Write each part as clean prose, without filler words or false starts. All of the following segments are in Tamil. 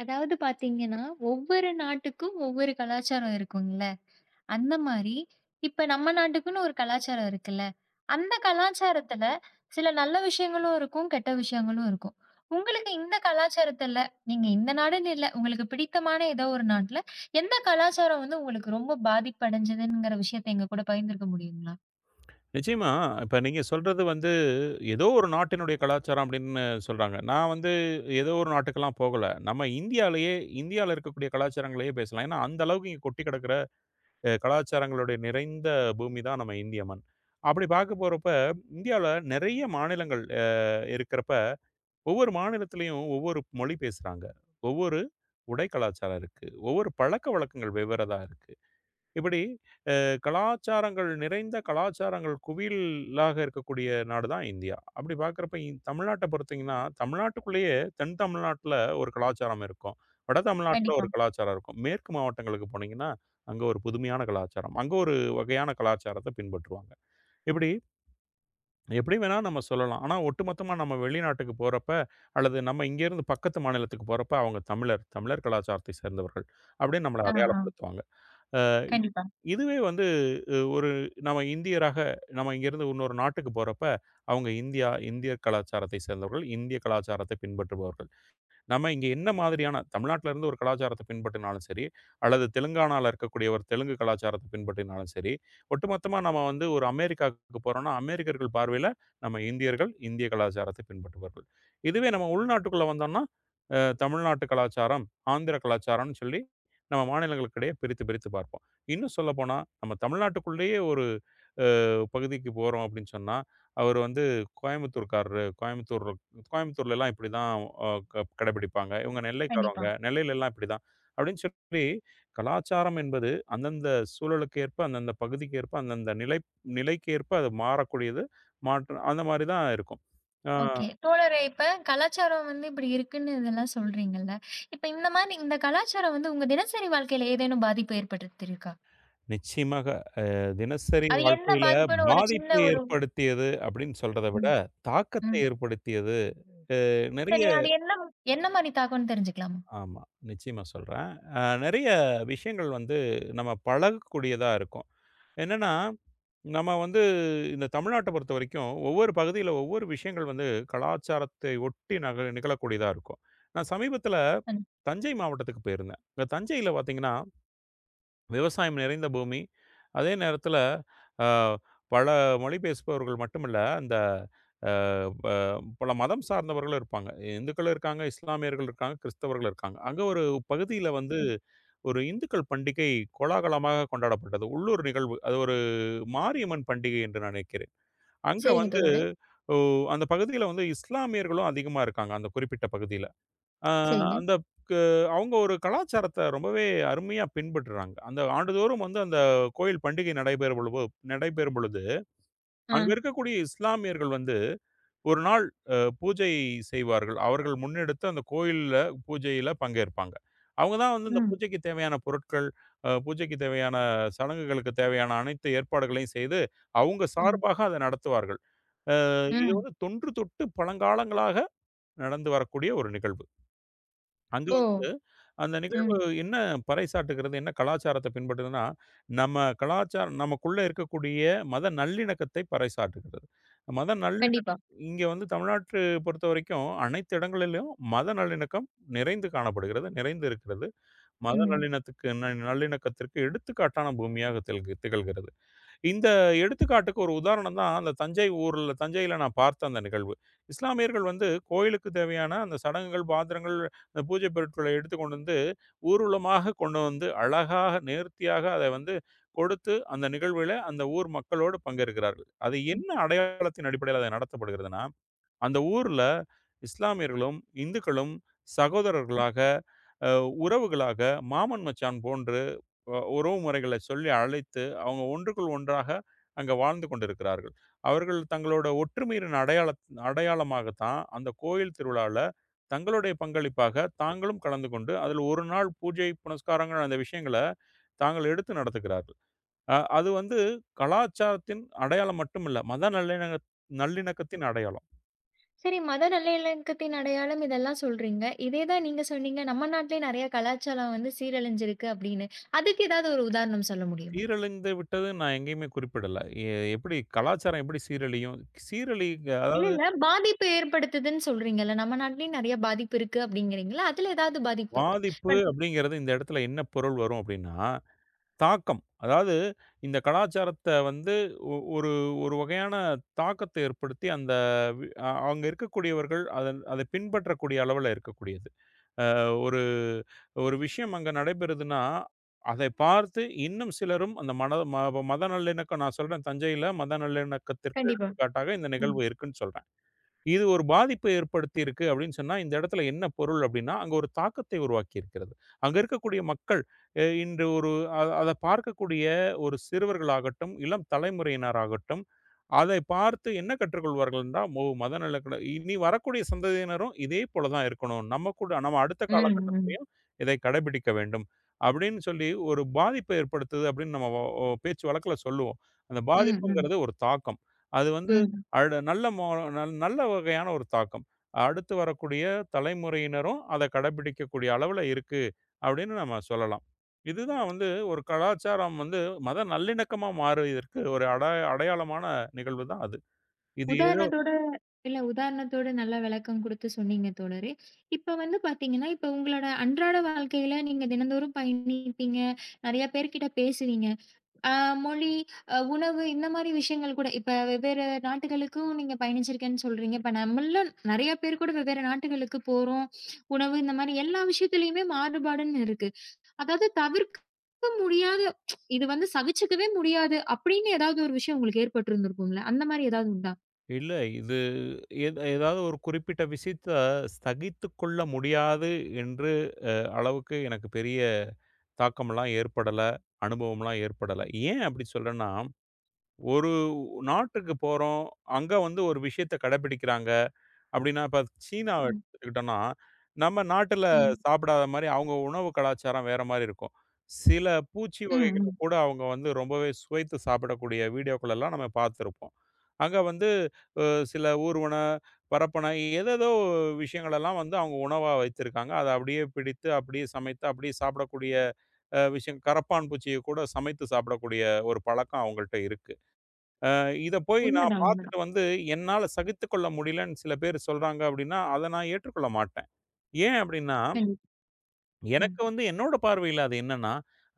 அதாவது பாத்தீங்கன்னா, ஒவ்வொரு நாட்டுக்கும் ஒவ்வொரு கலாச்சாரம் இருக்கும்ல. அந்த மாரி, இப்ப நம்ம நாட்டுக்குன்னு ஒரு கலாச்சாரம் இருக்குல்ல. அந்த கலாச்சாரத்துல சில நல்ல விஷயங்களும் இருக்கும், கெட்ட விஷயங்களும் இருக்கும். உங்களுக்கு இந்த கலாச்சாரத்துல, நீங்க இந்த நாடுன்னு இல்ல, உங்களுக்கு பிடித்தமான ஏதோ ஒரு நாட்டுல, எந்த கலாச்சாரம் வந்து உங்களுக்கு ரொம்ப பாதிப்படைஞ்சதுங்கிற விஷயத்த எங்க கூட பகிர்ந்துக்க முடியுங்களா? நிச்சயமா. இப்ப நீங்க சொல்றது வந்து, ஏதோ ஒரு நாட்டினுடைய கலாச்சாரம் அப்படின்னு சொல்றாங்க. நான் வந்து ஏதோ ஒரு நாட்டுக்கெல்லாம் போகல. நம்ம இந்தியால இருக்கக்கூடிய கலாச்சாரங்களையே பேசலாம். ஏன்னா, அந்த அளவுக்கு இங்க கொட்டி கிடக்கிற கலாச்சாரங்களுடைய நிறைந்த பூமி தான் நம்ம இந்திய மண். அப்படி பார்க்க போறப்ப, இந்தியால நிறைய மாநிலங்கள் இருக்கிறப்ப, ஒவ்வொரு மாநிலத்திலயும் ஒவ்வொரு மொழி பேசுறாங்க. ஒவ்வொரு உடை கலாச்சாரம் இருக்கு. ஒவ்வொரு பழக்கவழக்கங்கள் வெவ்வேறதா இருக்கு. இப்படி கலாச்சாரங்கள் நிறைந்த கலாச்சாரங்கள் குவியலாக இருக்கக்கூடிய நாடு தான் இந்தியா. அப்படி பார்க்குறப்ப தமிழ்நாட்ட பொறுத்தீங்கன்னா, தமிழ்நாட்டுக்குள்ளேயே தென் தமிழ்நாட்ல ஒரு கலாச்சாரம் இருக்கும். வட தமிழ்நாட்ல கண்டிப்பா. ஒரு கலாச்சாரம் இருக்கும். மேற்கு மாவட்டங்களுக்கு போனீங்கன்னா, அங்க ஒரு புதுமையான கலாச்சாரம். அங்க ஒரு வகையான கலாச்சாரத்த பின்பற்றுவாங்க. இப்படி எப்படி வேணா நம்ம சொல்லலாம். ஆனா, ஒட்டுமொத்தமா நம்ம வெளிநாட்டுக்கு போறப்ப, அல்லது நம்ம இங்கேருந்து பக்கத்து மாநிலத்துக்கு போறப்ப, அவங்க தமிழர் கலாச்சாரத்தை சேர்ந்தவர்கள் அப்படின்னு நம்மள ஆ, ஆ. அடையாளப்படுத்துவாங்க. அ கண்டிப்பா, இதுவே வந்து ஒரு நம்ம இந்தியராக நம்ம இங்கேருந்து இன்னொரு நாட்டுக்கு போறப்ப, அவங்க இந்தியா, இந்தியர் கலாச்சாரத்தை சேர்ந்தவர்கள், இந்திய கலாச்சாரத்தை பின்பற்றுபவர்கள். நம்ம இங்க என்ன மாதிரியான தமிழ்நாட்டுல இருந்து ஒரு கலாச்சாரத்த பின்பற்றினாலும் சரி, அல்லது தெலுங்கானால இருக்கக்கூடிய ஒரு தெலுங்கு கலாச்சாரத்த பின்பற்றினாலும் சரி, ஒட்டுமொத்தமா நம்ம வந்து ஒரு அமெரிக்காவுக்கு போறோம்னா, அமெரிக்கர்கள் பார்வையில நம்ம இந்தியர்கள், இந்திய கலாச்சாரத்தை பின்பற்றுவார்கள். இதுவே நம்ம உள்நாட்டுக்குள்ள வந்தோம்னா, தமிழ்நாட்டு கலாச்சாரம், ஆந்திர கலாச்சாரம்னு சொல்லி நம்ம மாநிலங்களுக்கிடையே பிரித்து, பிரித்து பார்ப்போம். இன்னும் சொல்லப்போனா, நம்ம தமிழ்நாட்டுக்குள்ளேயே ஒரு அ பகுதிக்கு போறோம் அப்படின்னு சொன்னா, அவரு வந்து கோயம்புத்தூர்காரரு, கோயம்புத்தூர்ல எல்லாம் இப்படிதான் அ க கடைபிடிப்பாங்க. இவங்க கண்டிப்பா. நெல்லைக்காரவங்க. நெல்லையில எல்லாம் இப்படிதான். அப்படின்னு சொல்லி கலாச்சாரம் என்பது அந்தந்த சூழலுக்கு ஏற்ப, அந்தந்த பகுதிக்கு ஏற்ப, அந்தந்த நிலைக்கு ஏற்ப அது மாறக்கூடியது. மாற்று அந்த மாரி தான் இருக்கும். ஆ, ஓகே. தோழரே, இப்ப கலாச்சாரம் வந்து இப்படி இருக்குன்னு இதெல்லாம் சொல்றீங்கல்ல. இப்ப இந்த மாரி இந்த கலாச்சாரம் வந்து உங்க தினசரி வாழ்க்கையில ஏதேனும் பாதிப்பு ஏற்படுத்தியிருக்கா? நிச்சயமாக தினசரி அது என்ன வாழ்க்கையில பாதிப்புன்னு ஒரு பாதிப்பை சின்ன ஒரு ஏற்படுத்தியது அப்படின்னு சொல்றத விட, ம், தாக்கத்தை ம். ஏற்படுத்தியது அ நெறைய சரி, அது என்ன என்ன மாரி தாக்கம்ன்னு தெரிஞ்சுக்கலாமா? ஆமா. நிச்சயமா சொல்றேன். நெறைய விஷயங்கள் வந்து நம்ம பழகக்கூடியதா இருக்கும். என்னன்னா நம்ம வந்து இந்த தமிழ்நாட்ட பொறுத்தவரைக்கும், ஒவ்வொரு பகுதியில ஒவ்வொரு விஷயங்கள் வந்து கலாச்சாரத்தை ஒட்டி நக நிகழக்கூடியதா இருக்கும். நான் சமீபத்தில ம். தஞ்சை மாவட்டத்துக்கு போயிருந்தேன். அங்க தஞ்சையில பார்த்தீங்கன்னா, விவசாயம் நிறைந்த பூமி. அதே நேரத்தில அ பல மொழி பேசுபவர்கள் மட்டுமில்ல, அந்த அ ப பல மதம் சார்ந்தவர்களும் இருப்பாங்க. இந்துக்களும் இருக்காங்க, இஸ்லாமியர்கள் இருக்காங்க, கிறிஸ்தவர்கள் இருக்காங்க. அங்க ஒரு பகுதியில வந்து ஒரு இந்துக்கள் பண்டிகை கோலாகலமாக கொண்டாடப்பட்டது. உள்ளூர் நிகழ்வு. அது ஒரு மாரியம்மன் பண்டிகை என்று நான் நினைக்கிறேன். அங்க சரிங்க வந்து தோழரே. ஓ அந்த பகுதியில வந்து இஸ்லாமியர்களும் அதிகமா இருக்காங்க, அந்த குறிப்பிட்ட பகுதியில. அ சரிங்க. அந்த கு அவங்க ஒரு கலாச்சாரத்த ரொம்பவே அருமையா பின்பற்றுறாங்க. அந்த ஆண்டுதோறும் வந்து அந்த கோயில் பண்டிகை நடைபெறும் பொழுது, ஆ. அங்க இருக்கக்கூடிய இஸ்லாமியர்கள் வந்து ஒரு நாள் பூஜை செய்வார்கள். அவர்கள் முன்னெடுத்து அந்த கோயில்ல பூஜையில பங்கேற்பாங்க. அவங்க தான் வந்து இந்த ம். பூஜைக்கு தேவையான பொருட்கள், பூஜைக்கு தேவையான சடங்குகளுக்கு தேவையான அனைத்து ஏற்பாடுகளையும் செய்து, அவங்க ம். சார்பாக அத நடத்துவார்கள். அ இது ம். வந்து தொன்று தொட்டு பழங்காலங்களாக நடந்து வரக்கூடிய ஒரு நிகழ்வு. அங்க ஓ! வந்து அந்த நிகழ்வு ம். என்ன பறைசாற்றுகிறது, என்ன கலாச்சாரத்த பின்பற்றுதுன்னா, நம்ம கலாச்சாரம் நமக்குள்ள இருக்கக்கூடிய மத நல்லிணக்கத்தை பறைசாற்றுகிறது. மத நல்லிணக் கண்டிப்பா. இங்க வந்து தமிழ்நாட்டு பொறுத்தவரைக்கும் அனைத்து இடங்களிலும் மத நல்லிணக்கம் நிறைந்து காணப்படுகிறது, நிறைந்து இருக்கிறது. மத ம். நல்லிணத்துக்கு ந நல்லிணக்கத்திற்கு எடுத்துக்காட்டான பூமியாக திகழ்கிறது. இந்த எடுத்துக்காட்டுக்கு ஒரு உதாரணம் தான் அந்த தஞ்சையில நான் பார்த்த அந்த நிகழ்வு. இஸ்லாமியர்கள் வந்து கோயிலுக்கு தேவையான அந்த சடங்குகள், பாத்திரங்கள், அந்த பூஜை பொருட்கள எடுத்து கொண்டு வந்து ஊர்வலமாக கொண்டு வந்து அழகாக நேர்த்தியாக அதை வந்து கொடுத்து அந்த நிகழ்வில அந்த ஊர் மக்களோடு பங்கேற்கிறார்கள். அது என்ன அடையாளத்தின் அடிப்படையில அது நடத்தப்படுகிறதுனா, அந்த ஊர்ல இஸ்லாமியர்களும், இந்துக்களும் சகோதரர்களாக, அ உறவுகளாக, மாமன், மச்சான் போன்று உறவு முறைகளை சொல்லி அழைத்து, அவங்க ஒன்றுக்குள் ஒன்றாக அங்க வாழ்ந்து கொண்டிருக்கிறார்கள். அவர்கள் தங்களோட ஒற்றுமையின் அடையாளமாகத்தான் அந்த கோயில் திருவிழால தங்களுடைய பங்களிப்பாக தாங்களும் கலந்து கொண்டு, அதில் ஒரு நாள் பூஜை, புனஸ்காரங்கள் அந்த விஷயங்கள தாங்கள் எடுத்து நடத்துகிறார்கள். அது வந்து கலாச்சாரத்தின் அடையாளம் மட்டுமில்ல, மத நல்லிண நல்லிணக்கத்தின் அடையாளம். சரி, மத நல்லிணக்கத்தின் அடையாளம் இதெல்லாம் சொல்றீங்க. இதே தான் நீங்க சொன்னீங்க, நம்ம நாட்டிலேயே நெறைய கலாச்சாரம் வந்து சீரழிஞ்சிருக்கு அப்படின்னு. அதுக்கு ஏதாவது ஒரு உதாரணம் சொல்ல முடியுமா? சீரழிந்து விட்டது நான் எங்கேயுமே குறிப்பிடல. எ எப்படி கலாச்சாரம் எப்படி சீரழியும்? சீரழி இல்ல, அதாவது இல்ல. பாதிப்பு ஏற்படுத்துதுன்னு சொல்றீங்கல்ல. நம்ம நாட்டிலயும் நெறைய பாதிப்பு இருக்கு அப்படிங்கிறீங்கல்ல. அதுல ஏதாவது பாதிப்பு? பாதிப்பு பண் அப்படிங்கிறது இந்த இடத்துல என்ன பொருள் வரும் அப்படின்னா, தாக்கம். அதாவது இந்த கலாச்சாரத்த வந்து ஒ ஒரு ஒரு வகையான தாக்கத்தை ஏற்படுத்தி அந்த வி அ அங்க இருக்கக்கூடியவர்கள் அத பின்பற்றக்கூடிய அளவுல இருக்கக்கூடியது. அ ஒரு ஒரு விஷயம் அங்க நடைபெறுதுன்னா, அதை பார்த்து இன்னும் சிலரும் அந்த மன ம மத நல்லிணக்கம் நான் சொல்றேன் தஞ்சையில மத நல்லிணக்கத்திற்கு கண்டிப்பா. எடுத்துக்காட்டாக இந்த ம். நிகழ்வு இருக்குன்னு சொல்றேன். இது ஒரு பாதிப்பை ஏற்படுத்தியிருக்கு அப்படின்னு சொன்னா, இந்த இடத்துல என்ன பொருள் அப்படின்னா, அங்க ஒரு தாக்கத்தை உருவாக்கி இருக்கிறது. அங்க இருக்கக்கூடிய மக்கள் இன்று ஒரு அத பார்க்கக்கூடிய ஒரு சிறுவர்களாகட்டும், இளம் தலைமுறையினராகட்டும், அதை பார்த்து என்ன கற்றுக்கொள்வார்கள் என்றால், "ஓ! மத நல்ல இனி வரக்கூடிய சந்ததியினரும் இதே போல தான் இருக்கணும். நம்ம கூட நம்ம அடுத்த ம், ம். காலகட்டத்திலயும் இதை கடைபிடிக்க வேண்டும்." அப்படின்னு சொல்லி ஒரு பாதிப்பை ஏற்படுத்துது அப்படின்னு நம்ம பேச்சு வழக்குல சொல்லுவோம். அந்த ம், ம், பாதிப்புங்கிறது ஒரு தாக்கம். அது வந்து ம். அடு நல்ல மோ நல் நல்ல வகையான ஒரு தாக்கம். அடுத்து வரக்கூடிய தலைமுறையினரும் அத கடைபிடிக்கக்கூடிய அளவுல இருக்கு, அப்படின்னு நம்ம சொல்லலாம். இதுதான் வந்து ஒரு கலாச்சாரம் வந்து மத நல்லிணக்கமா மாறியதற்கு ஒரு அடையாளமான நிகழ்வு தான் அது. இது ஏதோ உதாரணத்தோட இல்ல, உதாரணத்தோட நல்லா விளக்கம் குடுத்து சொன்னீங்க தோழரே. இப்ப வந்து பாத்தீங்கன்னா, இப்ப உங்களோட அன்றாட வாழ்க்கையில நீங்க தினந்தோறும் பயணிப்பீங்க. நெறைய பேர்கிட்ட பேசுவீங்க. ஆ, மொழி, அ உணவு, இந்த மாரி விஷயங்கள் கூட. இப்ப வெவ்வேறு நாட்டுகளுக்கும் நீங்க பயணிச்சிருக்கேன்னு சொல்றீங்க. இப்ப நம்மள்ல நெறைய பேர் கூட வெவ்வேறு நாட்டுகளுக்கு போறோம். உணவு இந்த மாரி எல்லா விஷயத்துலயுமே மாறுபாடுன்னு இருக்கு. அதாவது தவிர்க்க முடியாத இது வந்து சகிச்சுக்கவே முடியாது அப்படின்னு ஏதாவது ஒரு விஷயம் உங்களுக்கு ஏற்பட்டிருந்திருக்கும்ல. அந்த மாரி ஏதாவது உண்டா? இல்ல இது ஏதாவது ஒரு குறிப்பிட்ட விஷயத்த ஸ்தகித்துக் கொள்ள முடியாது என்று அளவுக்கு எனக்கு பெரிய தாக்கம்லாம் ஏற்படல, அனுபவம்லாம் ஏற்படல. ஏன் அப்படி சொல்றேன்னா ஒரு நாட்டுக்கு போறோம். அங்க வந்து ஒரு விஷயத்த கடைபிடிக்கிறாங்க. அப்டின்னா, இப்ப சீனாவ ம். எடுத்துக்கிட்டோம்னா, நம்ம நாட்டுல ம். சாப்பிடாத மாரி அவங்க உணவு கலாச்சாரம் வேற மாரி இருக்கும். சில பூச்சி ம். வகைகள ம். கூட அவங்க வந்து ரொம்பவே சுவைத்து சாப்பிடக்கூடிய வீடியோக்களெல்லாம் நம்ம பார்த்திருப்போம். அங்க வந்து சில ஊர்வன, பரப்பன ஏதேதோ விஷயங்களெல்லாம் வந்து அவங்க உணவா வைத்திருக்காங்க. அத அப்படியே பிடித்து, அப்படியே சமைத்து, அப்படியே சாப்பிடக்கூடிய விஷயம் கரப்பான் பூச்சிய கூட சமைத்து சாப்பிடக்கூடிய ஒரு பழக்கம் அவங்கள்ட்ட இருக்கு. இத போய் நான் உண்மதான், பார்த்துட்டு உண்மதான். வந்து என்னால சகித்துக்கொள்ள முடியலன்னு சில பேர் சொல்றாங்க அப்படின்னா, அத நான் ஏற்றுக்கொள்ள மாட்டேன். ஏன் அப்படின்னா, கண்டிப்பா. எனக்கு ம். வந்து என்னோட பார்வையில அது என்னன்னா,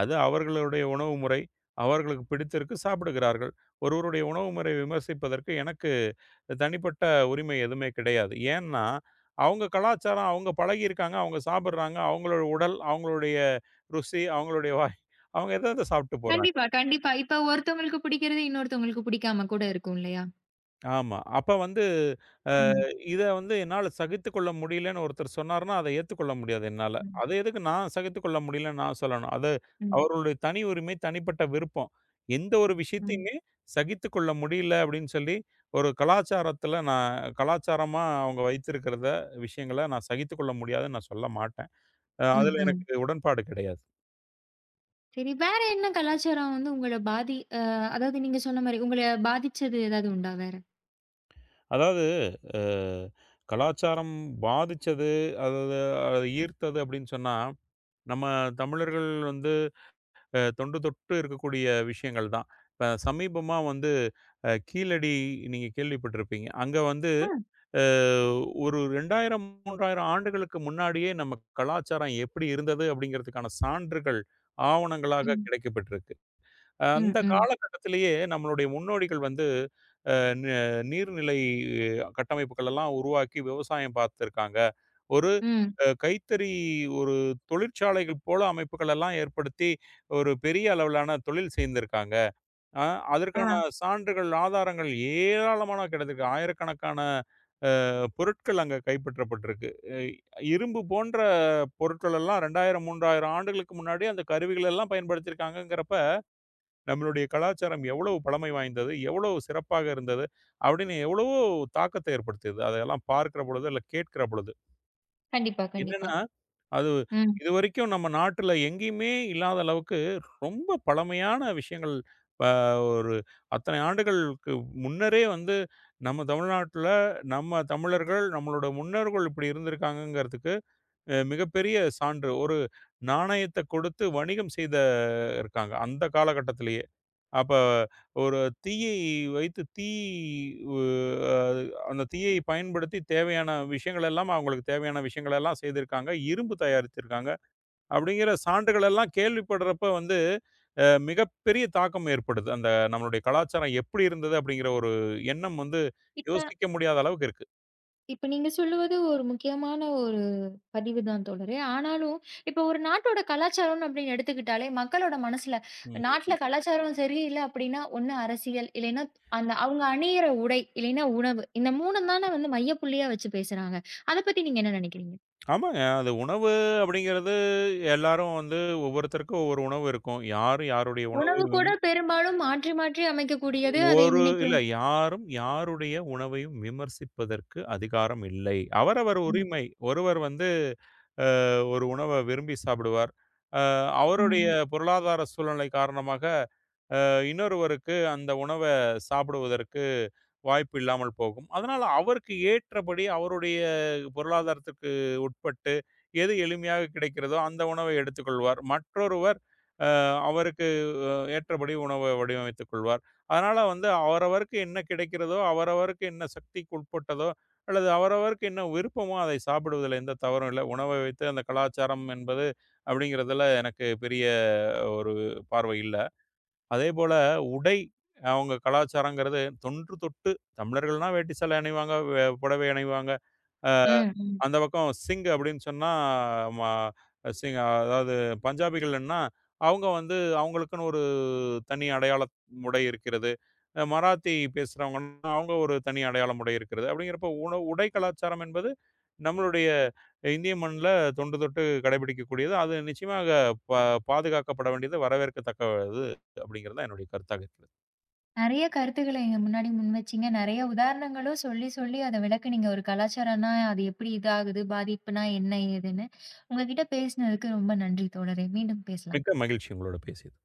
அது அவர்களுடைய உணவு முறை, அவர்களுக்கு பிடித்திருக்கு சாப்பிடுகிறார்கள். ஒருவருடைய உணவு முறை விமர்சிப்பதற்கு எனக்கு தனிப்பட்ட உரிமை எதுவுமே கிடையாது. ஏன்னா, அவங்க கலாச்சாரம், அவங்க பழகியிருக்காங்க, அவங்க சாப்பிடுறாங்க, அவங்களோட உடல், அவங்களுடைய ருசி, அவங்களுடைய வாய், அவங்க எத எத சாப்பிட்டு போறாங்க. கண்டிப்பா, கண்டிப்பா. இப்ப ஒருத்தவங்களுக்கு பிடிக்கிறது இன்னொருத்தவங்களுக்கு பிடிக்காம கூட இருக்கும் இல்லையா? ஆமா. அப்ப வந்து ம். இத வந்து என்னால சகித்துக்கொள்ள முடியலன்னு ஒருத்தர் சொன்னாருன்னா, அத ஏத்துக்கொள்ள முடியாது என்னால. ம். அத எதுக்கு நான் சகித்துக்கொள்ள முடியலன்னு நான் சொல்லணும்? அது ம். அவர்களுடைய தனி உரிமை, தனிப்பட்ட விருப்பம். எந்த ஒரு ம். விஷயத்தையுமே சகித்துக்கொள்ள முடியல அப்படின்னு சொல்லி, ஒரு கலாச்சாரத்தில நான் கலாச்சாரமா அவங்க வைத்திருக்கிறத விஷயங்கள நான் சகித்துக்கொள்ள முடியாதுன்னு நான் சொல்ல மாட்டேன். ம். அதுல ம். எனக்கு உடன்பாடு கிடையாது. சரி. வேற என்ன கலாச்சாரம் வந்து உங்கள பாதி அ அதாவது நீங்க சொன்ன மாரி உங்கள பாதிச்சது ஏதாவது உண்டா வேற? அதாவது அ கலாச்சாரம் பாதிச்சது, அது அது ஈர்த்தது அப்படின்னு சொன்னா, நம்ம தமிழர்கள் வந்து தொன்று தொட்டு இருக்கக்கூடிய விஷயங்கள் தான். இப்ப சமீபமா வந்து கீழடி நீங்க கேள்விப்பட்டிருப்பீங்க. அங்க வந்து ஆ. அ ஒரு 2000, 3000 ஆண்டுகளுக்கு முன்னாடியே நம்ம கலாச்சாரம் எப்படி இருந்தது அப்படிங்கிறதுக்கான சான்றுகள், ஆவணங்களாக ம். கிடைக்கப்பெற்றிருக்கு. ம். அந்த ம். காலகட்டத்திலேயே நம்மளுடைய முன்னோடிகள் வந்து அ ந நீர்நிலை கட்டமைப்புகள் எல்லாம் உருவாக்கி விவசாயம் பார்த்துருக்காங்க. ஒரு ம். கைத்தறி ஒரு தொழிற்சாலைகள் போல அமைப்புகள் எல்லாம் ஏற்படுத்தி, ஒரு பெரிய அளவிலான தொழில் செய்திருக்காங்க. அ அதற்கான ஆ. சான்றுகள், ஆதாரங்கள் ஏராளமான கிடைத்திருக்கு. ஆயிரக்கணக்கான பொருட்கள் அங்க கைப்பற்றப்பட்டிருக்கு. இ இரும்பு போன்ற பொருட்கள் எல்லாம் 2000, 3000 ஆண்டுகளுக்கு முன்னாடி அந்த கருவிகள் எல்லாம் பயன்படுத்தியிருக்காங்கங்கிறப்ப, நம்மளுடைய கலாச்சாரம் எவ்வளவு பழமை வாய்ந்தது, எவ்வளவு சிறப்பாக இருந்தது, அப்படின்னு எவ்வளவோ தாக்கத்தை ஏற்படுத்தியது. அதையெல்லாம் பார்க்கிற பொழுது, இல்ல கேட்கிற பொழுது. கண்டிப்பா, கண்டிப்பா. என்னன்னா அது ம். இதுவரைக்கும் நம்ம நாட்டுல எங்கேயுமே இல்லாத அளவுக்கு ரொம்ப பழமையான விஷயங்கள் ப ஒரு அத்தனை ஆண்டுகளுக்கு முன்னரே வந்து நம்ம தமிழ்நாட்டுல, நம்ம தமிழர்கள், நம்மளோட முன்னோர்கள் இப்படி இருந்திருக்காங்கங்கிறதுக்கு மிகப்பெரிய சான்று. ஒரு நாணயத்த கொடுத்து வணிகம் செய்த இருக்காங்க. அந்த காலகட்டத்திலேயே. அப்ப ஒரு தீயை வைத்து தீ உ அ அந்த தீயை பயன்படுத்தி தேவையான விஷயங்கள் எல்லாம் அவங்களுக்கு தேவையான விஷயங்கள் எல்லாம் செய்திருக்காங்க. இரும்பு தயாரித்திருக்காங்க. அப்படிங்கிற சான்றுகள் எல்லாம் கேள்விப்படுறப்ப வந்து மிகப்பெரிய தாக்கம் ஏற்படுது. அந்த நம்மளுடைய கலாச்சாரம் எப்படி இருந்தது அப்படிங்கிற ஒரு எண்ணம் வந்து இப்ப யோசிக்க முடியாத அளவுக்கு இருக்கு. இப்ப நீங்க சொல்லுவது ஒரு முக்கியமான ஒரு பதிவு தான் தோழரே. ஆனாலும் இப்ப ஒரு நாட்டோட கலாச்சாரம்னு அப்படின்னு எடுத்துக்கிட்டாலே, மக்களோட மனசுல ம். நாட்ல கலாச்சாரம் சரியில்ல அப்படின்னா, ஒண்ணு அரசியல், இல்லைன்னா அந்த அவங்க அணியிற உடை, இல்லைன்னா உணவு. இந்த 3 தான வந்து மையப்புள்ளியா வச்சு பேசுறாங்க. அத பத்தி நீங்க என்ன நினைக்கிறீங்க? ஆமாங்க. அது உணவு அப்படிங்கிறது எல்லாரும் வந்து ஒவ்வொருத்தருக்கும் ஒவ்வொரு உணவு இருக்கும். யாரும் யாருடைய உணவு உணவு கூட பெரும்பாலும் மாற்றி, மாற்றி அமைக்கக்கூடியது. அது ஒரு இன்னைக்கு இல்ல யாரும் யாருடைய உணவையும் விமர்சிப்பதற்கு அதிகாரம் இல்லை. அவரவர் ம், உரிமை. ஒருவர் வந்து ஒரு உணவ விரும்பி சாப்பிடுவார். அவருடைய ம், பொருளாதார சூழ்நிலை காரணமாக இன்னொருவருக்கு அந்த உணவை சாப்பிடுவதற்கு வாய்ப்பு இல்லாமல் போகும். அதனால அவருக்கு ஏற்றபடி அவருடைய பொருளாதாரத்துக்கு உட்பட்டு எது எளிமையாக கிடைக்கிறதோ அந்த உணவை எடுத்துக்கொள்வார். மற்றொருவர் அவருக்கு ஏற்றபடி உணவை வடிவமைத்துக் கொள்வார். அதனால வந்து அவரவருக்கு என்ன கிடைக்கிறதோ, அவரவருக்கு என்ன சக்திக்கு உட்பட்டதோ அல்லது அவரவருக்கு என்ன விருப்பமோ அதை சாப்பிடுவதில எந்த தவறும் இல்ல. உணவை வைத்து அந்த கலாச்சாரம் என்பது அப்படிங்கிறதுல எனக்கு பெரிய ஒரு பார்வை இல்ல. அதே போல உடை அவங்க கலாச்சாரங்கிறது தொன்று தொட்டு தமிழர்கள்னா வேட்டி சேலை அணிவாங்க, புடவை அணிவாங்க. ம், ம். அந்த பக்கம் சிங் அப்படின்னு சொன்னா, ம சிங் அதாவது பஞ்சாபிகள்ன்னா, அவங்க வந்து அவங்களுக்குன்னு ஒரு தனி அடையாள உடை இருக்கிறது. மராத்தி பேசுறவங்கன்னா, அவங்க ஒரு தனி அடையாளம் உடை இருக்கிறது. அப்படிங்கிறப்போ உடை கலாச்சாரம் என்பது நம்மளுடைய இந்திய மண்ல தொன்று தொட்டு கடைபிடிக்கக்கூடியது. அது நிச்சயமாக பா பாதுகாக்கப்பட வேண்டியது, வரவேற்கத்தக்கது அப்படிங்கிறது தான் என்னுடைய கருத்தாக இருக்கிறது. நெறைய கருத்துக்கள எங்க முன்னாடி முன்வச்சீங்க. நெறைய உதாரணங்களும் சொல்லி, சொல்லி அத விளக்குனீங்க. ஒரு கலாச்சாரம்னா அது எப்படி இதாகுது? பாதிப்புனா என்ன? ஏதுன்னு? உங்க கிட்ட பேசினதுக்கு ரொம்ப நன்றி தோழரே! மீண்டும் பேசலாம். மிக்க மகிழ்ச்சி உங்களோட பேசியது.